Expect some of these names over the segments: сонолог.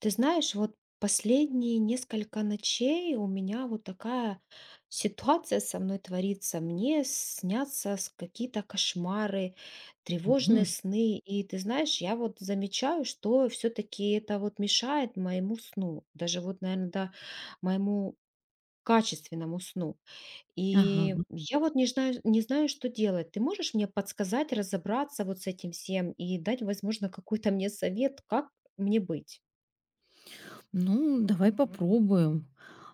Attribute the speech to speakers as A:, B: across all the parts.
A: Ты знаешь, вот последние несколько ночей у меня вот такая ситуация со мной творится. Мне снятся какие-то кошмары, тревожные
B: Мгм.
A: сны. И ты знаешь, я вот замечаю, что все-таки это вот мешает моему сну. Даже вот, наверное, да, моему качественному сну.
B: Ага.
A: И я вот не знаю, не знаю, что делать. Ты можешь мне подсказать, разобраться вот с этим всем и дать, возможно, какой-то мне совет, как мне быть?
B: Ну, давай попробуем.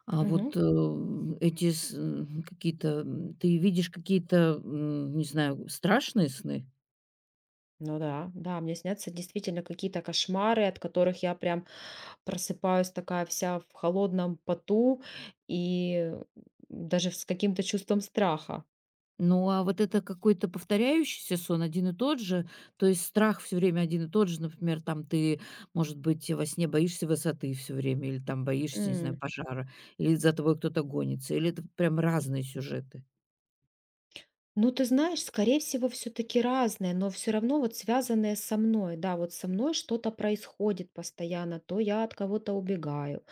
B: А
A: Мгм.
B: вот, эти какие-то, ты видишь какие-то, не знаю, страшные сны?
A: Ну да, да, мне снятся действительно какие-то кошмары, от которых я прям просыпаюсь такая вся в холодном поту и даже с каким-то чувством страха.
B: Ну, а вот это какой-то повторяющийся сон, один и тот же, то есть страх все время один и тот же, например, там ты, может быть, во сне боишься высоты все время или там боишься, не знаю,
A: М.
B: пожара, или за тобой кто-то гонится, или это прям разные сюжеты?
A: Ну, ты знаешь, скорее всего, все-таки разные, но все равно вот связанные со мной. Да, вот со мной что-то происходит постоянно. То я от кого-то убегаю,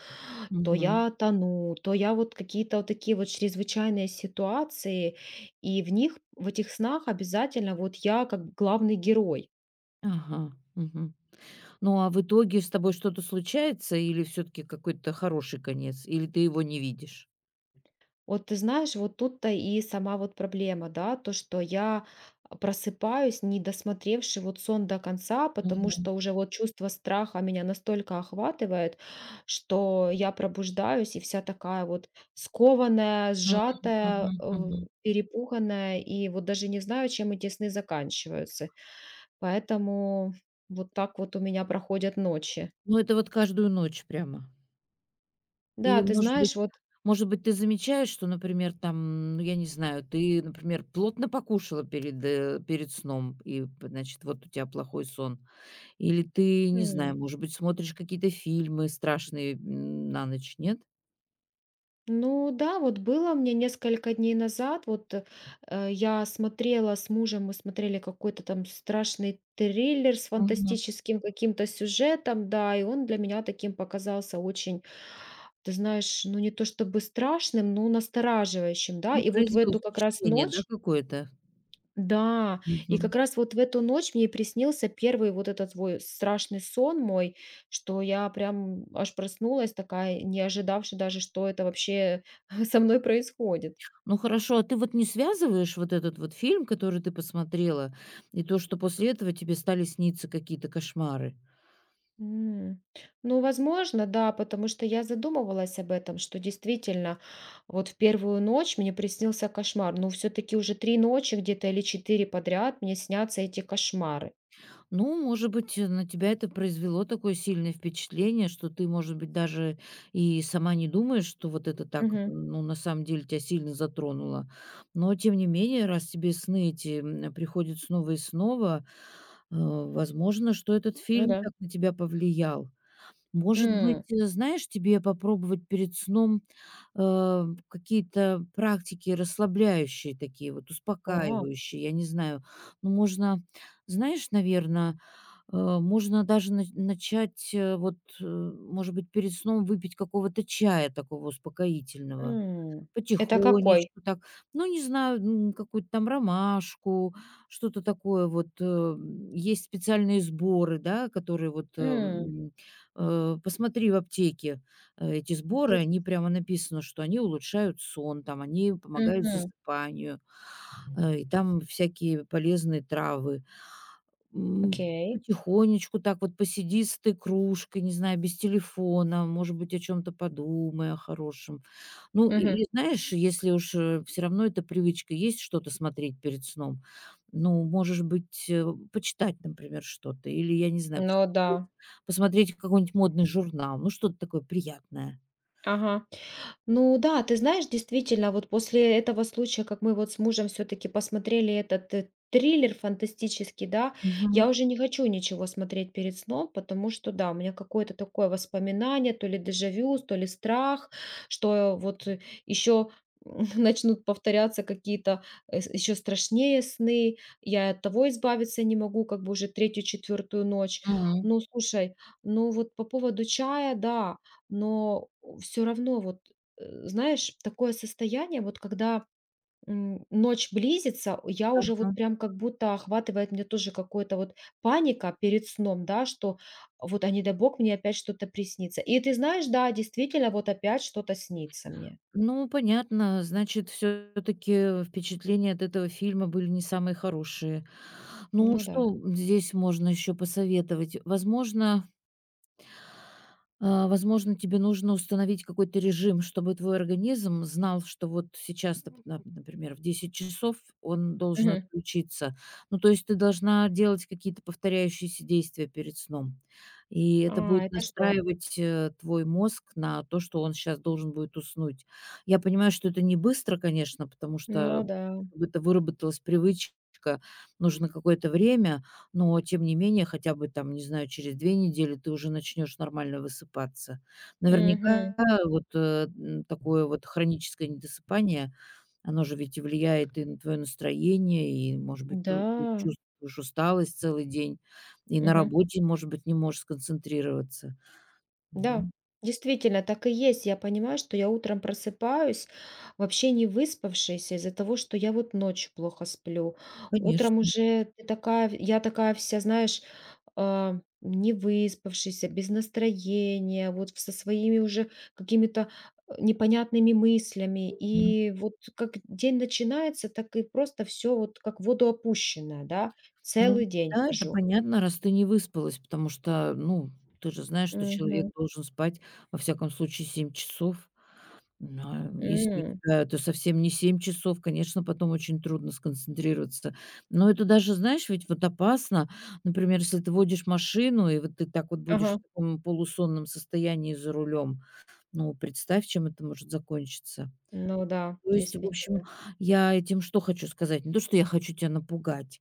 A: то
B: Мгм.
A: я тону, то я вот какие-то вот такие вот чрезвычайные ситуации. И в них, в этих снах обязательно вот я как главный герой.
B: Ага. Мгм. Ну, а в итоге с тобой что-то случается или все таки какой-то хороший конец, или ты его не видишь?
A: Вот ты знаешь, вот тут-то и сама вот проблема, да, то, что я просыпаюсь, не досмотревши вот сон до конца, потому
B: Мгм.
A: что уже вот чувство страха меня настолько охватывает, что я пробуждаюсь и вся такая вот скованная,
B: Мгм.
A: сжатая,
B: Мгм. Мгм.
A: перепуганная, и вот даже не знаю, чем эти сны заканчиваются. Поэтому вот так вот у меня проходят ночи.
B: Ну, это вот каждую ночь прямо.
A: Да,
B: Или,
A: ты
B: может быть,
A: знаешь, вот.
B: ты замечаешь, что, например, там, ну, я не знаю, ты, например, плотно покушала перед, перед сном, и, значит, вот у тебя плохой сон. Или ты, не знаю, может быть, смотришь какие-то фильмы страшные, на ночь, нет?
A: Ну да, вот было мне несколько дней назад, вот я смотрела с мужем, мы смотрели какой-то там страшный триллер с
B: Мгм.
A: фантастическим каким-то сюжетом, да, и он для меня таким показался очень, ты знаешь, ну не то чтобы страшным, но настораживающим, да,
B: Ну,
A: и вот в
B: произвел
A: эту как раз
B: впечатление, да,
A: ночь,
B: какое-то?
A: да, и
B: Мгм.
A: как раз вот в эту ночь мне и приснился первый вот этот твой страшный сон мой, что я прям аж проснулась такая, не ожидавши даже, что это вообще со мной происходит.
B: Ну хорошо, а ты вот не связываешь вот этот вот фильм, который ты посмотрела, и то, что после этого тебе стали сниться какие-то кошмары?
A: М. Ну, возможно, да, потому что я задумывалась об этом, что действительно вот в первую ночь мне приснился кошмар. Но все таки уже 3 ночи где-то или 4 подряд мне снятся эти кошмары.
B: Ну, может быть, на тебя это произвело такое сильное впечатление, что ты, может быть, даже и сама не думаешь, что вот это так,
A: Мгм.
B: ну, на самом деле тебя сильно затронуло. Но, тем не менее, раз тебе сны эти приходят снова и снова, возможно, что этот
A: Ну
B: фильм
A: да.
B: так на тебя повлиял. Может быть,
A: М.
B: знаешь, тебе попробовать перед сном, какие-то практики расслабляющие такие вот,
A: О.
B: успокаивающие, я не знаю. Ну, можно, знаешь, наверное, можно даже начать, вот, может быть, перед сном выпить какого-то чая такого успокоительного.
A: М. Это какой?
B: Потихонечку так. Ну, не знаю, какую-то там ромашку, что-то такое вот. Есть специальные сборы, да, которые вот... э,
A: М.
B: м, э, Посмотри в аптеке эти сборы,
A: Инте
B: они прямо написано, что они улучшают сон, там они помогают
A: Мгм.
B: засыпанию, и там всякие полезные травы. М,
A: Окей.
B: потихонечку так вот посиди с этой кружкой, не знаю, без телефона, может быть, о чем то подумай, о хорошем. Ну, и
A: Мгм.
B: и знаешь, если уж, все равно эта привычка есть что-то смотреть перед сном, ну, можешь быть, почитать, например, что-то или, я не знаю,
A: Ну да.
B: посмотреть какой-нибудь модный журнал, ну, что-то такое приятное.
A: Ага. Ну да, ты знаешь, действительно, вот после этого случая, как мы вот с мужем все-таки посмотрели этот триллер фантастический, да, я
B: Мгм.
A: уже не хочу ничего смотреть перед сном, потому что, да, у меня какое-то такое воспоминание, то ли дежавю, то ли страх, что вот еще начнут повторяться какие-то еще страшнее сны, я от того избавиться не могу, как бы уже третью, четвертую ночь.
B: М.
A: Ну, слушай, ну вот по поводу чая, да, но все равно вот знаешь, такое состояние, вот когда, ночь близится, я уже вот
B: Ага.
A: прям как будто охватывает меня тоже какое-то вот паника перед сном, да, что вот не дай бог, мне опять что-то приснится. И ты знаешь, да, действительно, вот опять что-то снится мне.
B: Ну, понятно. Значит, все таки впечатления от этого фильма были не самые хорошие. Ну,
A: Ну да.
B: что здесь можно еще посоветовать? Возможно, тебе нужно установить какой-то режим, чтобы твой организм знал, что вот сейчас, например, в 10 часов он должен
A: Мгм.
B: отключиться. Ну, то есть ты должна делать какие-то повторяющиеся действия перед сном. И это
A: А,
B: будет
A: это что?
B: настраивать твой мозг на то, что он сейчас должен будет уснуть. Я понимаю, что это не быстро, конечно, потому что
A: Ну да.
B: чтобы это выработалась привычка, нужно какое-то время, но тем не менее, хотя бы там, не знаю, через 2 недели ты уже начнешь нормально высыпаться.
A: Мгм.
B: Наверняка вот, такое вот хроническое недосыпание, оно же ведь и влияет и на твое настроение, и, может быть,
A: Да.
B: тут ты чувствуешь усталость целый день, и на
A: Мгм.
B: работе, может быть, не можешь сконцентрироваться.
A: Да,
B: Ну,
A: действительно, так и есть. Я понимаю, что я утром просыпаюсь вообще не выспавшаяся из-за того, что я вот ночью плохо сплю. Утром
B: конечно.
A: уже ты такая, я такая вся, знаешь, не выспавшаяся, без настроения, вот со своими уже какими-то непонятными мыслями.
B: Мгм.
A: И вот как день начинается, так и просто все вот как в воду опущенное, да?
B: Ну
A: Целый день
B: да, это
A: хожу.
B: понятно, раз ты не выспалась, потому что, ну, ты же знаешь, что человек
A: Мгм.
B: должен спать во всяком случае 7 часов. Да, если у
A: М.
B: тебя это совсем не 7 часов, конечно, потом очень трудно сконцентрироваться. Но это даже, знаешь, ведь вот опасно. Например, если ты водишь машину, и вот ты так вот будешь
A: Ага.
B: в таком полусонном состоянии за рулем, ну, представь, чем это может закончиться.
A: Ну да,
B: То есть, в общем,
A: действительно.
B: я этим что хочу сказать? Не то, что я хочу тебя напугать,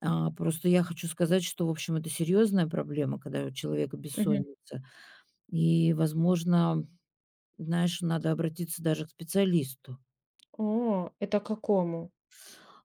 B: а просто я хочу сказать, что, в общем, это серьезная проблема, когда у человека
A: Мгм.
B: бессонница. И, возможно, знаешь, надо обратиться даже к специалисту.
A: О, это какому?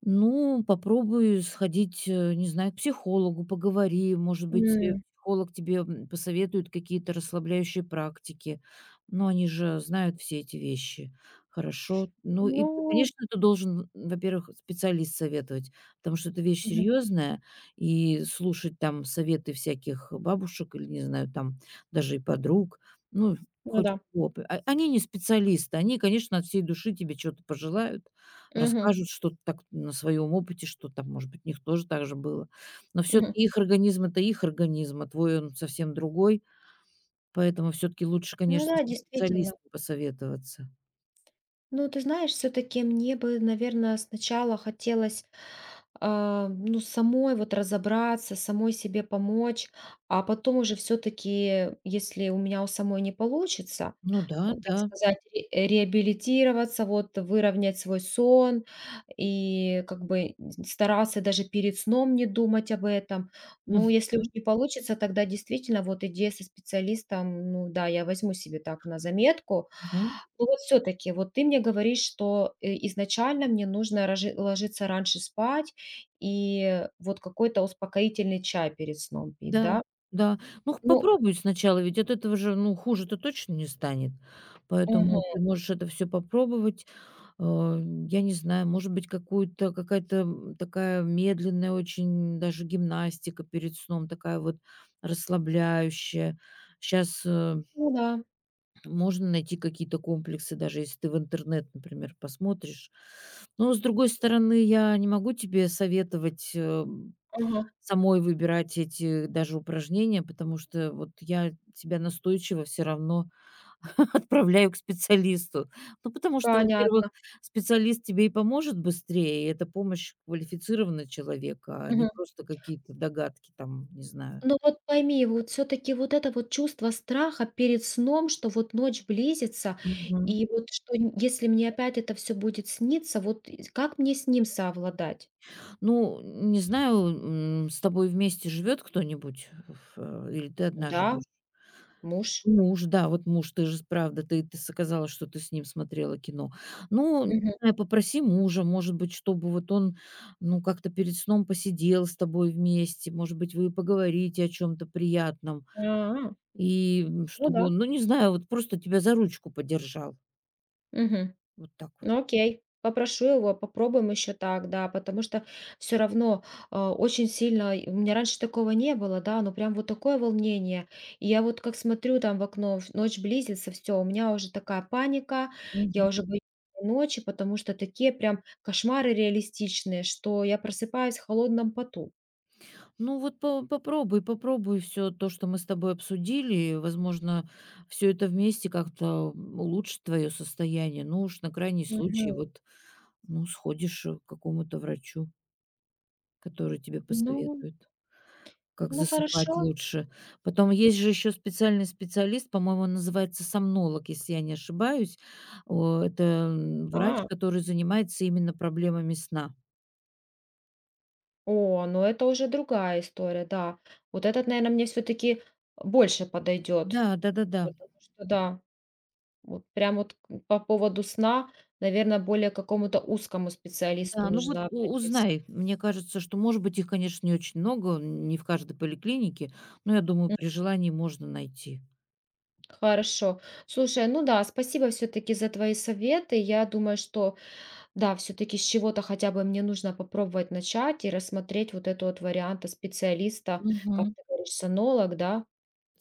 B: Ну, попробуй сходить, не знаю, к психологу, поговори. Может быть,
A: М.
B: психолог тебе посоветует какие-то расслабляющие практики. Но они же знают все эти вещи. Хорошо. Ну и,
A: Ну.
B: конечно, ты должен, во-первых, специалист советовать, потому что это вещь
A: Мгм.
B: серьезная, и слушать там советы всяких бабушек или, не знаю, там даже и подруг, ну,
A: Ну
B: хоть
A: да.
B: кого бы. Они не специалисты, они, конечно, от всей души тебе что-то пожелают,
A: Мгм.
B: расскажут что-то так на своем опыте, что там, может быть, у них тоже так же было. Но
A: Мгм.
B: все-таки их это их организм, а твой он совсем другой. Поэтому все-таки лучше,
A: Ну
B: конечно,
A: да,
B: со
A: действительно.
B: специалистом посоветоваться.
A: Ну, ты знаешь, все-таки мне бы, наверное, сначала хотелось, ну, самой вот разобраться, самой себе помочь, а потом уже все-таки, если у меня у самой не получится,
B: Ну да,
A: так
B: да.
A: сказать, реабилитироваться, вот выровнять свой сон и как бы стараться даже перед сном не думать об этом.
B: Мгм,
A: Ну, если уж не получится, тогда действительно вот идея со специалистом, ну да, я возьму себе так на заметку,
B: мгм.
A: ну вот все таки вот ты мне говоришь, что, изначально мне нужно рожи ложиться раньше спать и вот какой-то успокоительный чай перед сном пить,
B: Да,
A: да?
B: да. Ну,
A: Ну,
B: попробуй сначала, ведь от этого же, ну, хуже-то точно не станет.
A: мгм.
B: Поэтому ты можешь это все попробовать. Э, я не знаю, может быть, какую-то какая-то, м, такая медленная очень даже гимнастика перед сном, такая вот расслабляющая. Сейчас
A: Ну да.
B: можно найти какие-то комплексы, даже если ты в интернет, например, посмотришь. Но, с другой стороны, я не могу тебе советовать
A: Ага.
B: самой выбирать эти даже упражнения, потому что вот я тебя настойчиво все равно отправляю к специалисту. Ну, потому что, во-первых,
A: Понятно.
B: специалист тебе и поможет быстрее, и это помощь квалифицированного человека, а не
A: Мгм.
B: просто какие-то догадки там, не знаю.
A: Ну вот пойми, вот все таки вот это вот чувство страха перед сном, что вот ночь близится,
B: Мгм.
A: и вот что н если мне опять это все будет сниться, вот и как мне с ним совладать?
B: Ну, не знаю, с тобой вместе живет кто-нибудь, или ты одна
A: Да,
B: живешь?
A: муж.
B: Муж, да, вот муж, ты же правда, ты сказала, что ты с ним смотрела кино. Ну, не
A: Мгм.
B: знаю, попроси мужа, может быть, чтобы вот он, ну, как-то перед сном посидел с тобой вместе, может быть, вы поговорите о чем то приятном,
A: А,
B: и,
A: ну
B: чтобы
A: да.
B: он, ну, не знаю, вот просто тебя за ручку подержал.
A: Мгм.
B: Вот так вот.
A: Ну, окей. Попрошу его, попробуем еще так, да, потому что все равно очень сильно, и у меня раньше такого не было, да, но прям вот такое волнение. И я вот как смотрю там в окно, ночь близится, все, у меня уже такая паника,
B: Мгм.
A: я уже боюсь ночи, потому что такие прям кошмары реалистичные, что я просыпаюсь в холодном поту.
B: Ну вот по попробуй попробуй все то, что мы с тобой обсудили. Возможно, все это вместе как-то улучшит твое состояние. Ну уж на крайний случай
A: Мгм.
B: вот ну, сходишь, к какому-то врачу, который тебе
A: Ну,
B: посоветует, как
A: ну,
B: засыпать
A: хорошо.
B: лучше. Потом есть же еще специальный специалист, по-моему, он называется сомнолог, если я не ошибаюсь. О, это, врач,
A: А,
B: который занимается именно проблемами сна.
A: о, ну это уже другая история, да. Вот этот, наверное, мне все-таки больше подойдет.
B: Да, да-да-да. Да, да.
A: Потому что да, вот прям вот к по поводу сна, наверное, более к какому-то узкому специалисту
B: Да, ну вот
A: нужно
B: у
A: обратиться.
B: узнай. Мне кажется, что, может быть, их, конечно, не очень много, не в каждой поликлинике, но, я думаю,
A: М,
B: при желании можно найти.
A: Хорошо. Слушай, ну да, спасибо все таки за твои советы. Я думаю, что да, все таки с чего-то хотя бы мне нужно попробовать начать и рассмотреть вот это вот варианта специалиста, как
B: Мгм.
A: ты говоришь, сонолог, да.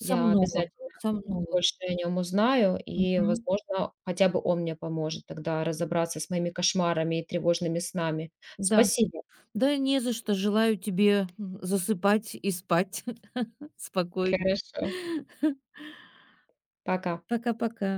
A: Я
B: Сомнолог
A: обязательно
B: сомнолог.
A: больше о нем узнаю, и,
B: Мгм.
A: возможно, хотя бы он мне поможет тогда разобраться с моими кошмарами и тревожными снами.
B: Да.
A: Спасибо.
B: Да не за что. Желаю тебе, засыпать и спать спокойно.
A: Хорошо. Пока.
B: Пока-пока.